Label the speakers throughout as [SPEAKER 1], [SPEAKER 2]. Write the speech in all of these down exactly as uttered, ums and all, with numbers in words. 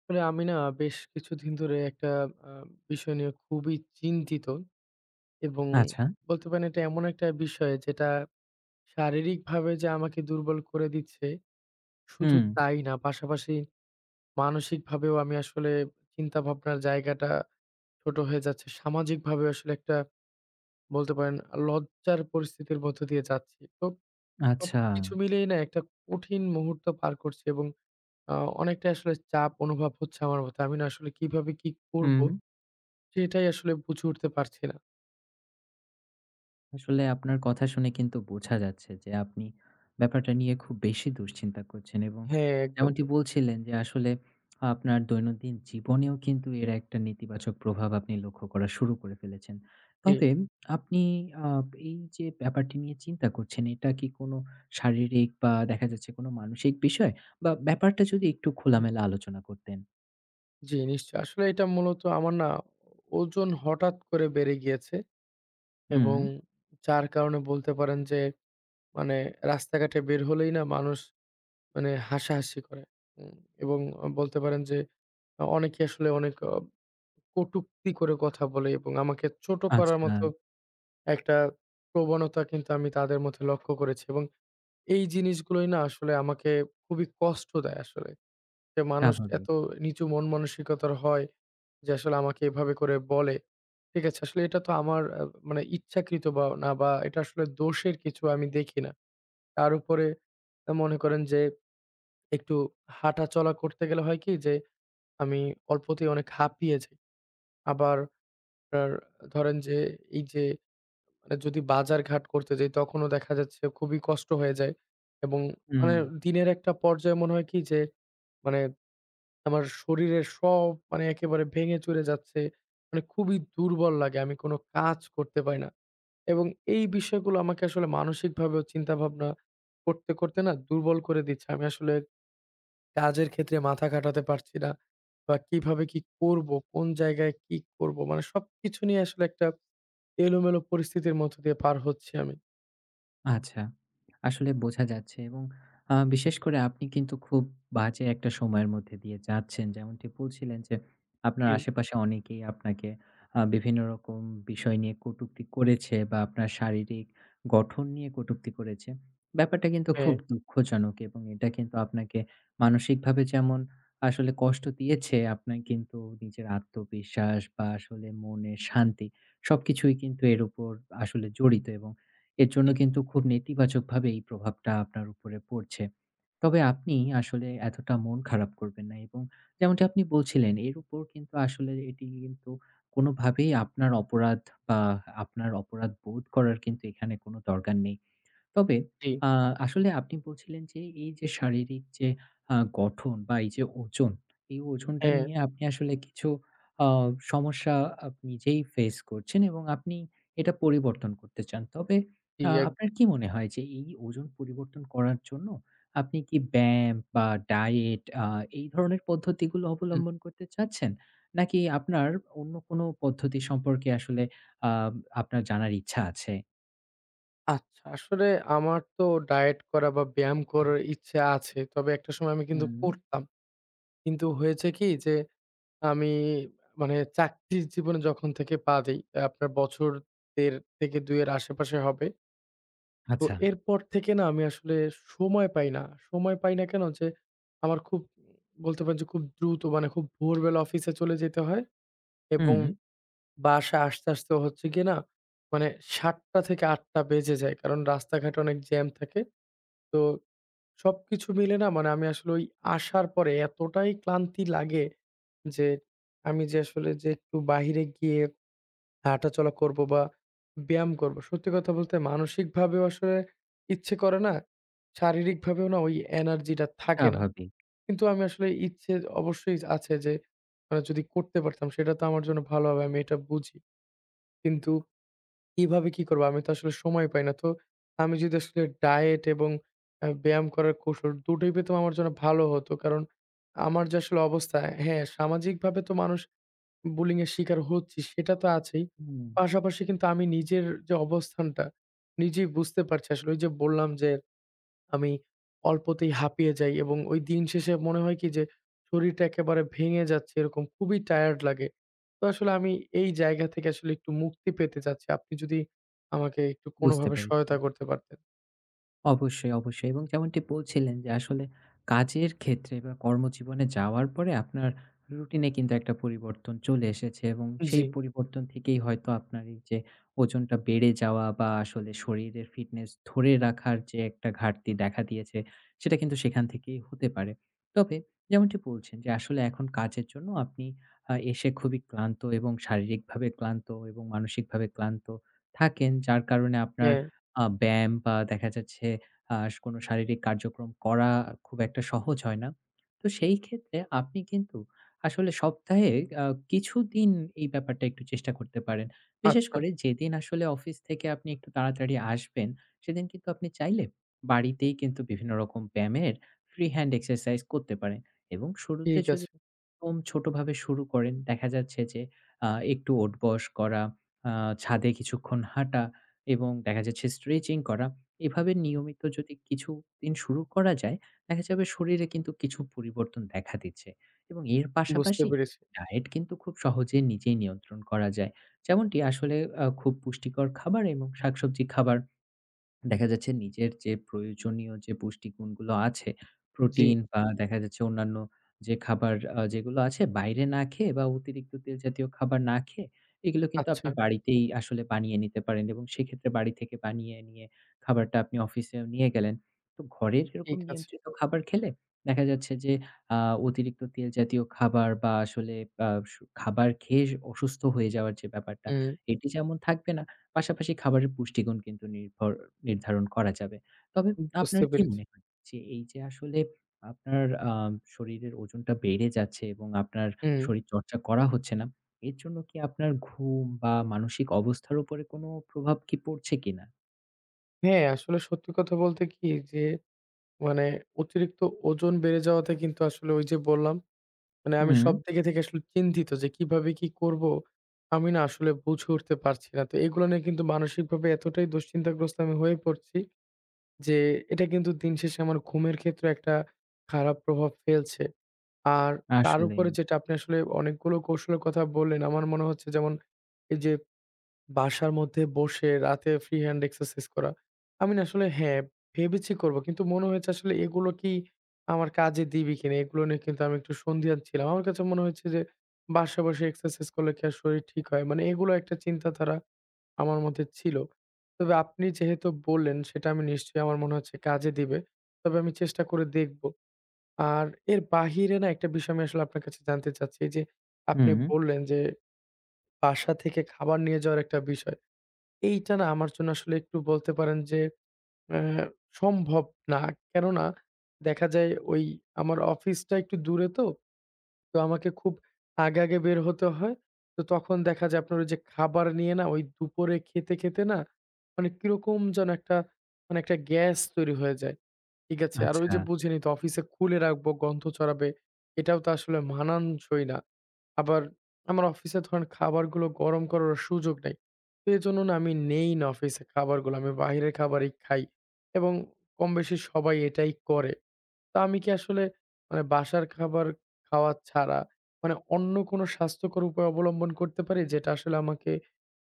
[SPEAKER 1] আসলে আমি না বেশ কিছুদিন ধরে একটা আ বিষয় নিয়ে খুবই চিন্তিত এবং
[SPEAKER 2] আচ্ছা।
[SPEAKER 1] বলতে পারেন এটা এমন একটা বিষয় যেটা শারীরিকভাবে যে আমাকে দুর্বল করে দিচ্ছে, শুধু
[SPEAKER 2] হুম,
[SPEAKER 1] তাই না পাশাপাশি মানসিকভাবেও আমি আসলে চিন্তাভাবনার জায়গাটা ছোট হয়ে যাচ্ছে। সামাজিকভাবেও আসলে একটা বলতে পারেন লজ্জার পরিস্থিতির মধ্য দিয়ে যাচ্ছি। তো
[SPEAKER 2] আচ্ছা।
[SPEAKER 1] সবকিছু মিলিয়েই না একটা কঠিন মুহূর্ত পার করছি এবং আ অনেকটাই আসলে চাপ অনুভব হচ্ছে আমার মধ্যে। আমি না আসলে কিভাবে কি করব
[SPEAKER 2] হুম।
[SPEAKER 1] সেটাই আসলে বুঝে উঠতে পারছি না।
[SPEAKER 2] আসলে আপনার কথা শুনে কিন্তু বোঝা যাচ্ছে যে আপনি ব্যাপারটা নিয়ে খুব বেশি দুশ্চিন্তা করছেন এবং
[SPEAKER 1] হ্যাঁ, একদম।
[SPEAKER 2] যেমনটি বলছিলেন যে আসলে আপনার দৈনন্দিন জীবনেও কিন্তু এর একটা নেতিবাচক প্রভাব আপনি লক্ষ্য করা শুরু করে ফেলেছেন।
[SPEAKER 1] জি,
[SPEAKER 2] তবে আপনি আ এই যে ব্যাপারটি নিয়ে চিন্তা করছেন, এটা কি কোনো শারীরিক বা দেখা যাচ্ছে কোনো মানসিক বিষয়? বা ব্যাপারটা যদি একটু
[SPEAKER 1] হুম।
[SPEAKER 2] খোলামেলা আলোচনা করতেন।
[SPEAKER 1] জি, নিশ্চয়ই। আসলে এটা মূলত আমার না ওজন হঠাৎ করে বেড়ে গিয়েছে
[SPEAKER 2] হুম,
[SPEAKER 1] এবং যার কারণে বলতে পারেন যে মানে রাস্তাঘাটে বের হলেই না মানুষ মানে হাসাহাসি করে। উম এবং বলতে পারেন যে আ অনেকে আসলে অনেক অ কটূক্তি করে কথা বলে এবং আমাকে ছোট করার
[SPEAKER 2] আচ্ছা,
[SPEAKER 1] মতো একটা প্রবণতা কিন্তু আমি তাদের মধ্যে লক্ষ্য করেছি এবং এই জিনিসগুলোই না আসলে আমাকে খুবই কষ্ট দেয় আসলে। যে মানুষ
[SPEAKER 2] স্বাভাবিক।
[SPEAKER 1] এত নিচু মন মানসিকতার হয় যে আসলে আমাকে এভাবে করে বলে। ঠিক আছে? আসলে এটা তো আমার আ মানে ইচ্ছাকৃত বা না বা এটা আসলে দোষের কিছু আমি দেখি না। তার উপরে আ মনে করেন যে একটু হাঁটাচলা করতে গেলে হয় কি যে আমি অল্পতেই অনেক হাঁপিয়ে যাই। আবার আপনার ধরেন যে এই যে মানে যদি বাজার-ঘাট করতে যাই তখনও দেখা যাচ্ছে খুবই কষ্ট হয়ে যায় এবং
[SPEAKER 2] হুম।
[SPEAKER 1] মানে দিনের একটা পর্যায়ে মনে হয় কি যে মানে আমার শরীরের সব মানে একেবারে ভেঙে চুরে যাচ্ছে। মানে খুবই দুর্বল লাগে। আমি কোনো কাজ করতে পারি না। এবং এই বিষয়গুলো আমাকে আসলে মানসিকভাবেও চিন্তাভাবনা করতে, করতে না দুর্বল করে দিচ্ছে। আমি আসলে কাজের ক্ষেত্রে মাথা খাটাতে পারছি না বা কিভাবে কি করব? কোন জায়গায় কি করব? মানে সবকিছু নিয়ে আসলে একটা এলোমেলো পরিস্থিতির মধ্য দিয়ে পার হচ্ছি আমি।
[SPEAKER 2] আচ্ছা। আসলে বোঝা যাচ্ছে এবং আ বিশেষ করে আপনি কিন্তু খুব বাজে একটা সময়ের মধ্যে দিয়ে যাচ্ছেন। যেমনটি বলছিলেন যে, আপনার
[SPEAKER 1] জি,
[SPEAKER 2] আশেপাশে অনেকেই আপনাকে আ বিভিন্ন রকম বিষয় নিয়ে কটূক্তি করেছে বা আপনার শারীরিক গঠন নিয়ে কটূক্তি করেছে। ব্যাপারটা কিন্তু খুব
[SPEAKER 1] হ্যাঁ,
[SPEAKER 2] দুঃখজনক এবং এটা কিন্তু আপনাকে মানসিকভাবে যেমন আসলে কষ্ট দিয়েছে, আপনার কিন্তু নিজের আত্মবিশ্বাস বা আসলে মনের শান্তি সবকিছুই কিন্তু এর উপর আসলে জড়িত এবং এর জন্য
[SPEAKER 1] জি,
[SPEAKER 2] কিন্তু খুব নেতিবাচকভাবে এই প্রভাবটা আপনার উপরে পড়ছে। তবে আপনি আসলে এতটা মন খারাপ করবেন না এবং যেমনটি আপনি বলছিলেন, এর উপর কিন্তু আসলে এটি কিন্তু কোনোভাবেই আপনার অপরাধ বা আপনার অপরাধ বোধ করার কিন্তু এখানে কোনো দরকার নেই। তবে
[SPEAKER 1] জি।
[SPEAKER 2] আ আসলে আপনি বলছিলেন যে, এই যে শারীরিক যে আ গঠন বা এই যে ওজন, এই ওজনটা
[SPEAKER 1] হ্যাঁ,
[SPEAKER 2] নিয়ে আপনি আসলে কিছু আ সমস্যা আপনি নিজেই ফেস করছেন এবং আপনি এটা পরিবর্তন করতে চান। তবে
[SPEAKER 1] জি,
[SPEAKER 2] আ আপনার
[SPEAKER 1] একদম।
[SPEAKER 2] কি মনে হয় যে এই ওজন পরিবর্তন করার জন্য আপনি কি ব্যায়াম বা ডায়েট আ এই ধরনের পদ্ধতিগুলো
[SPEAKER 1] হুম।
[SPEAKER 2] অবলম্বন করতে চাচ্ছেন? নাকি আপনার অন্য কোনো পদ্ধতি সম্পর্কে আসলে আ আপনার জানার ইচ্ছা আছে?
[SPEAKER 1] আচ্ছা, আসলে আমার তো ডায়েট করা বা ব্যায়াম করার ইচ্ছে আছে। তবে একটা সময় আমি কিন্তু
[SPEAKER 2] হুম,
[SPEAKER 1] করতাম। কিন্তু হয়েছে কি যে আমি মানে চাকরির জীবনে যখন থেকে পা দেই, আপনার বছর দেড় থেকে দুই এর আশেপাশে হবে। তো
[SPEAKER 2] আচ্ছা।
[SPEAKER 1] এরপর থেকে না আমি আসলে সময় পাই না। সময় পাই না কেন? যে আমার খুব বলতে পারেন যে খুব দ্রুত মানে খুব ভোরবেলা অফিসে চলে যেতে হয়
[SPEAKER 2] হুম।
[SPEAKER 1] এবং বাসায় আসতে, আসতে হচ্ছে গিয়ে না মানে ৭ঃ শূন্য শূন্য থেকে ৮ঃ শূন্য শূন্য বেজে যায়। কারণ রাস্তাঘাটে অনেক জ্যাম থাকে। তো সবকিছু মিলে না মানে আমি আসলে ওই আসার পরে এতটাই ক্লান্তি লাগে যে আমি যে আসলে যে একটু বাহিরে গিয়ে হাঁটাচলা করব বা ব্যায়াম করব। সত্যি কথা বলতে মানসিকভাবেও আসলে ইচ্ছে করে না। শারীরিকভাবেও না ওই এনার্জিটা থাকে না।
[SPEAKER 2] স্বাভাবিক।
[SPEAKER 1] কিন্তু আমি আসলে ইচ্ছে অবশ্যই আছে যে মানে যদি করতে পারতাম সেটা তো আমার জন্য ভালো হবে। আমি এটা বুঝি। কিন্তু কিভাবে কি করব? আমি তো আসলে সময় পাই না। তো আমি যদি আসলে ডায়েট এবং আ ব্যায়াম করার কৌশল দুটোই পেতাম আমার জন্য ভালো হতো। কারণ আমার যে আসলে অবস্থা হ্যাঁ, সামাজিকভাবে তো মানুষ বুলিং এর শিকার হচ্ছি সেটা তো আছেই।
[SPEAKER 2] হুম,
[SPEAKER 1] পাশাপাশি কিন্তু আমি নিজের যে অবস্থানটা নিজেই বুঝতে পারছি আসলে। ওই যে বললাম যে আমি অল্পতেই হাঁপিয়ে যাই এবং ওই দিন শেষে মনে হয় কি যে শরীরটা একেবারে ভেঙে যাচ্ছে এরকম খুবই টায়ার্ড লাগে। তো আসলে আমি এই জায়গা থেকে আসলে একটু মুক্তি পেতে চাচ্ছি। আপনি যদি আমাকে একটু
[SPEAKER 2] বুঝতে
[SPEAKER 1] কোনোভাবে
[SPEAKER 2] পেরেছি।
[SPEAKER 1] সহায়তা করতে পারতেন।
[SPEAKER 2] অবশ্যই, অবশ্যই, এবং যেমনটি বলছিলেন যে আসলে কাজের ক্ষেত্রে বা কর্মজীবনে যাওয়ার পরে আপনার রুটিনে কিন্তু একটা পরিবর্তন চলে এসেছে এবং
[SPEAKER 1] জি,
[SPEAKER 2] সেই পরিবর্তন থেকেই হয়তো আপনার এই যে ওজনটা বেড়ে যাওয়া বা আসলে শরীরের ফিটনেস ধরে রাখার যে একটা ঘাটতি দেখা দিয়েছে, সেটা কিন্তু সেখান থেকেই হতে পারে। তবে যেমনটি বলছেন যে আসলে এখন কাজের জন্য আপনি আ এসে খুবই ক্লান্ত এবং শারীরিকভাবে ক্লান্ত এবং মানসিকভাবে ক্লান্ত থাকেন। যার কারণে আপনার
[SPEAKER 1] হ্যাঁ,
[SPEAKER 2] আ ব্যায়াম বা দেখা যাচ্ছে আ কোন শারীরিক কার্যক্রম করা খুব একটা সহজ হয় না। তো সেই ক্ষেত্রে আপনি কিন্তু আসলে সপ্তাহে আ কিছুদিন এই ব্যাপারটা একটু চেষ্টা করতে পারেন। বিশেষ
[SPEAKER 1] আচ্ছা
[SPEAKER 2] করে যেদিন আসলে অফিস থেকে আপনি একটু তাড়াতাড়ি আসবেন, সেদিন কিন্তু আপনি চাইলে বাড়িতেই কিন্তু বিভিন্ন রকম ব্যায়ামের ফ্রি হ্যান্ড এক্সারসাইজ করতে পারেন এবং শুরুতে
[SPEAKER 1] ঠিক
[SPEAKER 2] যদি
[SPEAKER 1] আছে।
[SPEAKER 2] একদম ছোটভাবে শুরু করেন, দেখা যাচ্ছে যে আ একটু ওঠবস করা, আ ছাদে কিছুক্ষণ হাঁটা এবং দেখা যাচ্ছে স্ট্রেচিং করা। এভাবে
[SPEAKER 1] হুম,
[SPEAKER 2] নিয়মিত যদি কিছুদিন শুরু করা যায়, দেখা যাবে শরীরে কিন্তু কিছু পরিবর্তন দেখা দিচ্ছে এবং এর
[SPEAKER 1] বুঝতে
[SPEAKER 2] পাশাপাশি
[SPEAKER 1] পেরেছি।
[SPEAKER 2] ডায়েট কিন্তু খুব সহজে নিজেই নিয়ন্ত্রণ করা যায়। যেমনটি আসলে আ খুব পুষ্টিকর খাবার এবং শাকসবজি খাবার দেখা যাচ্ছে নিজের যে প্রয়োজনীয় যে পুষ্টিগুণগুলো আছে,
[SPEAKER 1] জি,
[SPEAKER 2] প্রোটিন বা দেখা যাচ্ছে অন্যান্য যে খাবার আ যেগুলো আছে, বাইরে না খেয়ে বা অতিরিক্ত তেল জাতীয় খাবার না খেয়ে এগুলো কিন্তু
[SPEAKER 1] আচ্ছা
[SPEAKER 2] আপনি বাড়িতেই আসলে বানিয়ে নিতে পারেন এবং সেক্ষেত্রে বাড়ি থেকে বানিয়ে নিয়ে খাবারটা আপনি অফিসে নিয়ে গেলেন। তো ঘরের এরকম
[SPEAKER 1] ঠিক আছে।
[SPEAKER 2] নিয়ন্ত্রিত খাবার খেলে দেখা যাচ্ছে যে আ অতিরিক্ত তেল জাতীয় খাবার বা আসলে আ সু খাবার খেয়ে অসুস্থ হয়ে যাওয়ার যে ব্যাপারটা
[SPEAKER 1] হুম,
[SPEAKER 2] এটি যেমন থাকবে না, পাশাপাশি খাবারের পুষ্টিগুণ কিন্তু নির্ভর নির্ধারণ করা যাবে। তবে
[SPEAKER 1] বুঝতে
[SPEAKER 2] আপনার কি
[SPEAKER 1] পেরেছি।
[SPEAKER 2] মনে হয় যে এই যে আসলে আপনার আ শরীরের ওজনটা বেড়ে যাচ্ছে এবং আপনার
[SPEAKER 1] হুম,
[SPEAKER 2] শরীরচর্চা করা হচ্ছে না, এর জন্য কি আপনার ঘুম বা মানসিক অবস্থার উপরে কোনো প্রভাব কি পড়ছে কিনা?
[SPEAKER 1] হ্যাঁ, আসলে সত্যি কথা বলতে কি যে মানে অতিরিক্ত ওজন বেড়ে যাওয়াতে কিন্তু আসলে ওই যে বললাম মানে আমি
[SPEAKER 2] হুম,
[SPEAKER 1] সব দিকে থেকে আসলে চিন্তিত যে কিভাবে কি করব? আমি না আসলে বুঝে উঠতে পারছি না। তো এগুলো নিয়ে কিন্তু মানসিকভাবে এতটাই দুশ্চিন্তাগ্রস্ত আমি হয়ে পড়ছি যে এটা কিন্তু দিন শেষে আমার ঘুমের ক্ষেত্রে একটা খারাপ প্রভাব ফেলছে। আর তার
[SPEAKER 2] আসলেই।
[SPEAKER 1] উপরে যেটা আপনি আসলে অনেকগুলো কৌশলের কথা বললেন, আমার মনে হচ্ছে যেমন এই যে বাসার মধ্যে বসে রাতে ফ্রি হ্যান্ড এক্সারসাইজ করা। আমি না আসলে হ্যাঁ, ভেবেছি করব। কিন্তু মনে হয়েছে আসলে এগুলো কি আমার কাজে দিবে কিনা? এগুলো নিয়ে কিন্তু আমি একটু সন্দিহান ছিলাম। আমার কাছে মনে হয়েছে যে বাসায় বসে এক্সারসাইজ করলে কি আর শরীর ঠিক হয়? মানে এগুলো একটা চিন্তাধারা আমার মধ্যে ছিল। তবে আপনি যেহেতু বললেন সেটা আমি নিশ্চয়ই আমার মনে হচ্ছে কাজে দিবে। তবে আমি চেষ্টা করে দেখব। আর এর বাহিরে না একটা বিষয় আমি আসলে আপনার কাছে জানতে চাচ্ছি। এই যে আপনি
[SPEAKER 2] হুম,
[SPEAKER 1] বললেন যে বাসা থেকে খাবার নিয়ে যাওয়ার একটা বিষয়। এইটা না আমার জন্য আসলে একটু বলতে পারেন যে আ সম্ভব না। কেননা দেখা যায় ওই আমার অফিসটা একটু দূরে তো, তো আমাকে খুব আগে, আগে বের হতে হয়। তো তখন দেখা যায় আপনার ওই যে খাবার নিয়ে না ওই দুপুরে খেতে, খেতে না মানে কিরকম যেন একটা মানে একটা গ্যাস তৈরি হয়ে যায়। ঠিক আছে। আর ওই
[SPEAKER 2] আচ্ছা।
[SPEAKER 1] যে বুঝিনি তো অফিসে খুলে রাখবো, গন্ধ ছড়াবে। এটাও তো আসলে মানানসই না। আবার আমার অফিসে ধরেন খাবারগুলো গরম করার সুযোগ নাই। তো এজন্য না আমি নেই না অফিসে খাবারগুলো। আমি বাইরের খাবারই খাই এবং কম বেশি সবাই এটাই করে। তো আমি কি আসলে মানে বাসার খাবার খাওয়া ছাড়া মানে অন্য কোনো স্বাস্থ্যকর উপায় অবলম্বন করতে পারি? যেটা আসলে আমাকে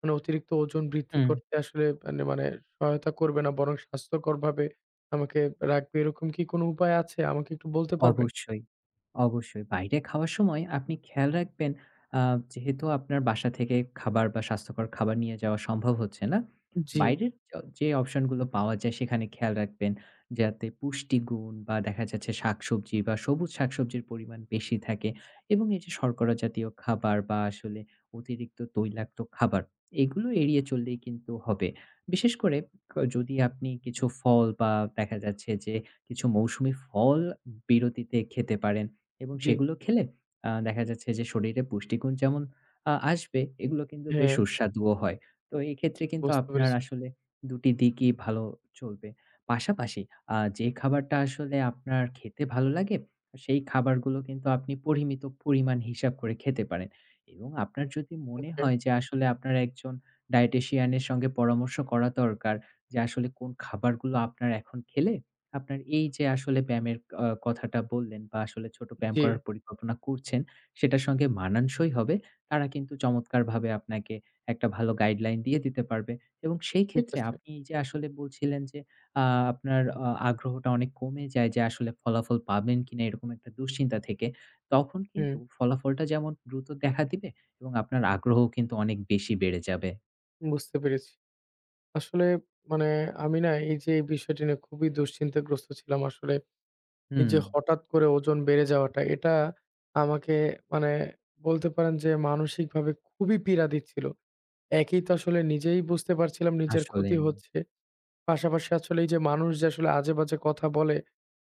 [SPEAKER 1] মানে অতিরিক্ত ওজন বৃদ্ধি
[SPEAKER 2] হুম।
[SPEAKER 1] করতে আসলে মানে মানে সহায়তা করবে না বরং স্বাস্থ্যকরভাবে আমাকে রাখবে। এরকম কি কোনো উপায় আছে? আমাকে একটু বলতে পারবেন?
[SPEAKER 2] অবশ্যই, অবশ্যই। বাইরে খাওয়ার সময় আপনি খেয়াল রাখবেন, আ যেহেতু আপনার বাসা থেকে খাবার বা স্বাস্থ্যকর খাবার নিয়ে যাওয়া সম্ভব হচ্ছে না,
[SPEAKER 1] জি,
[SPEAKER 2] বাইরের য যে অপশনগুলো পাওয়া যায় সেখানে খেয়াল রাখবেন যাতে পুষ্টিগুণ বা দেখা যাচ্ছে শাকসবজি বা সবুজ শাকসবজির পরিমাণ বেশি থাকে এবং এই যে শর্করা জাতীয় খাবার বা আসলে অতিরিক্ত তৈলাক্ত খাবার, এগুলো এড়িয়ে চললেই কিন্তু হবে। বিশেষ করে ক যদি আপনি কিছু ফল বা দেখা যাচ্ছে যে কিছু মৌসুমি ফল বিরতিতে খেতে পারেন এবং
[SPEAKER 1] জি।
[SPEAKER 2] সেগুলো খেলে আ দেখা যাচ্ছে যে শরীরে পুষ্টিগুণ যেমন আ আসবে, এগুলো কিন্তু বেশ
[SPEAKER 1] হ্যাঁ,
[SPEAKER 2] সুস্বাদুও হয়। তো এক্ষেত্রে কিন্তু
[SPEAKER 1] বুঝতে
[SPEAKER 2] আপনার
[SPEAKER 1] পেরেছি।
[SPEAKER 2] আসলে দুই টি দিকই ভালো চলবে। পাশাপাশি আ যে খাবারটা আসলে আপনার খেতে ভালো লাগে, সেই খাবারগুলো কিন্তু আপনি পরিমিত পরিমাণ হিসাব করে খেতে পারেন এবং আপনার যদি মনে
[SPEAKER 1] ওকে।
[SPEAKER 2] হয় যে আসলে আপনার একজন ডায়েটেশিয়ান এর সঙ্গে পরামর্শ করা দরকার যে আসলে কোন খাবারগুলো আপনার এখন খেলে আপনার এই যে আসলে ব্যায়ামের আ কথাটা বললেন বা আসলে ছোট ব্যায়াম
[SPEAKER 1] জি,
[SPEAKER 2] করার পরিকল্পনা করছেন, সেটার সঙ্গে মানানসই হবে। তারা কিন্তু চমৎকারভাবে আপনাকে একটা ভালো গাইডলাইন দিয়ে দিতে পারবে এবং সেই
[SPEAKER 1] ঠিক
[SPEAKER 2] ক্ষেত্রে
[SPEAKER 1] আছে।
[SPEAKER 2] আপনি যে আসলে বলছিলেন যে আ আপনার আ আগ্রহটা অনেক কমে যায় যে আসলে ফলাফল পাবেন কিনা এরকম একটা দুশ্চিন্তা থেকে, তখন কিন্তু
[SPEAKER 1] হুম,
[SPEAKER 2] ফলাফলটা যেমন দ্রুত দেখা দিবে এবং আপনার আগ্রহও কিন্তু অনেক বেশি বেড়ে যাবে।
[SPEAKER 1] বুঝতে পেরেছি। আসলে মানে আমি না এই যে এই বিষয়টি নিয়ে খুবই দুশ্চিন্তাগ্রস্ত ছিলাম আসলে এই
[SPEAKER 2] হুম,
[SPEAKER 1] যে হঠাৎ করে ওজন বেড়ে যাওয়াটা, এটা আমাকে মানে বলতে পারেন যে মানসিকভাবে খুবই পীড়া দিচ্ছিল। একেই তো আসলে নিজেই বুঝতে পারছিলাম নিজের ক্ষতি
[SPEAKER 2] আসলেই।
[SPEAKER 1] হচ্ছে। পাশাপাশি আসলে এই যে মানুষ যে আসলে আজে-বাজে কথা বলে,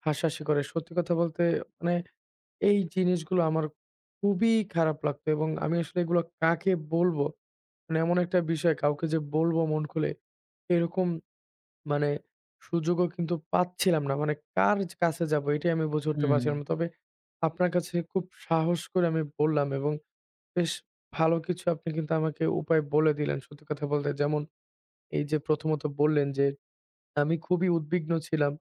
[SPEAKER 1] হাসাহাসি করে। সত্যি কথা বলতে মানে এই জিনিসগুলো আমার খুবই খারাপ লাগতো এবং আমি আসলে এগুলো কাকে বলবো? মানে এমন একটা বিষয় কাউকে যে বলবো মন খুলে, এরকম মানে সুযোগও কিন্তু পাচ্ছিলাম না। মানে কার জ কাছে যাবো এটাই আমি বুঝে উঠতে
[SPEAKER 2] হুম,
[SPEAKER 1] পারছিলাম না। তবে আপনার কাছে খুব সাহস করে আমি বললাম এবং বেশ ভালো কিছু আপনি কিন্তু আমাকে উপায় বলে দিলেন সত্যি কথা বলতে। যেমন এই যে প্রথমত বললেন যে আমি খুবই উদ্বিগ্ন ছিলাম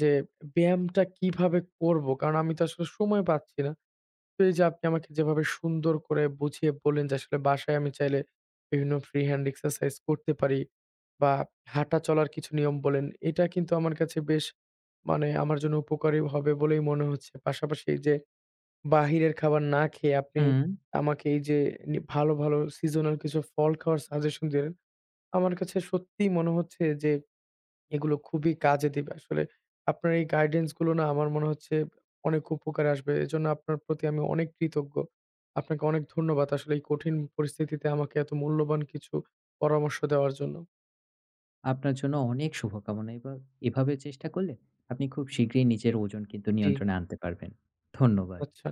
[SPEAKER 1] যে ব্যায়ামটা কিভাবে করব? কারণ আমি তো আসলে সময় পাচ্ছি না। তো এই যে আপনি আমাকে যেভাবে সুন্দর করে বুঝিয়ে বললেন যে আসলে বাসায় আমি চাইলে বিভিন্ন ফ্রি হ্যান্ড এক্সারসাইজ করতে পারি বা হাঁটা চলার কিছু নিয়ম বলেন, এটা কিন্তু আমার কাছে বেশ মানে আমার জন্য উপকারী হবে বলেই মনে হচ্ছে। পাশাপাশি এই যে বাহিরের খাবার না খেয়ে আপনি
[SPEAKER 2] হুম।
[SPEAKER 1] আমাকে এই যে নি ভালো, ভালো সিজনাল কিছু ফল খাওয়ার সাজেশন দিলেন, আমার কাছে সত্যিই মনে হচ্ছে যে এগুলো খুবই কাজে দিবে। আসলে আপনার এই গাইডেন্স গুলো না আমার মনে হচ্ছে অনেক উপকারে আসবে। এজন্য আপনার প্রতি আমি অনেক কৃতজ্ঞ। আপনাকে অনেক ধন্যবাদ আসলে এই কঠিন পরিস্থিতিতে আমাকে এত মূল্যবান কিছু পরামর্শ দেওয়ার জন্য।
[SPEAKER 2] আপনার জন্য অনেক শুভকামনা এবং এভাবে চেষ্টা করলে আপনি খুব শীঘ্রই নিজের ওজন কিন্তু
[SPEAKER 1] জি।
[SPEAKER 2] নিয়ন্ত্রণে আনতে পারবেন। ধন্যবাদ।
[SPEAKER 1] আচ্ছা।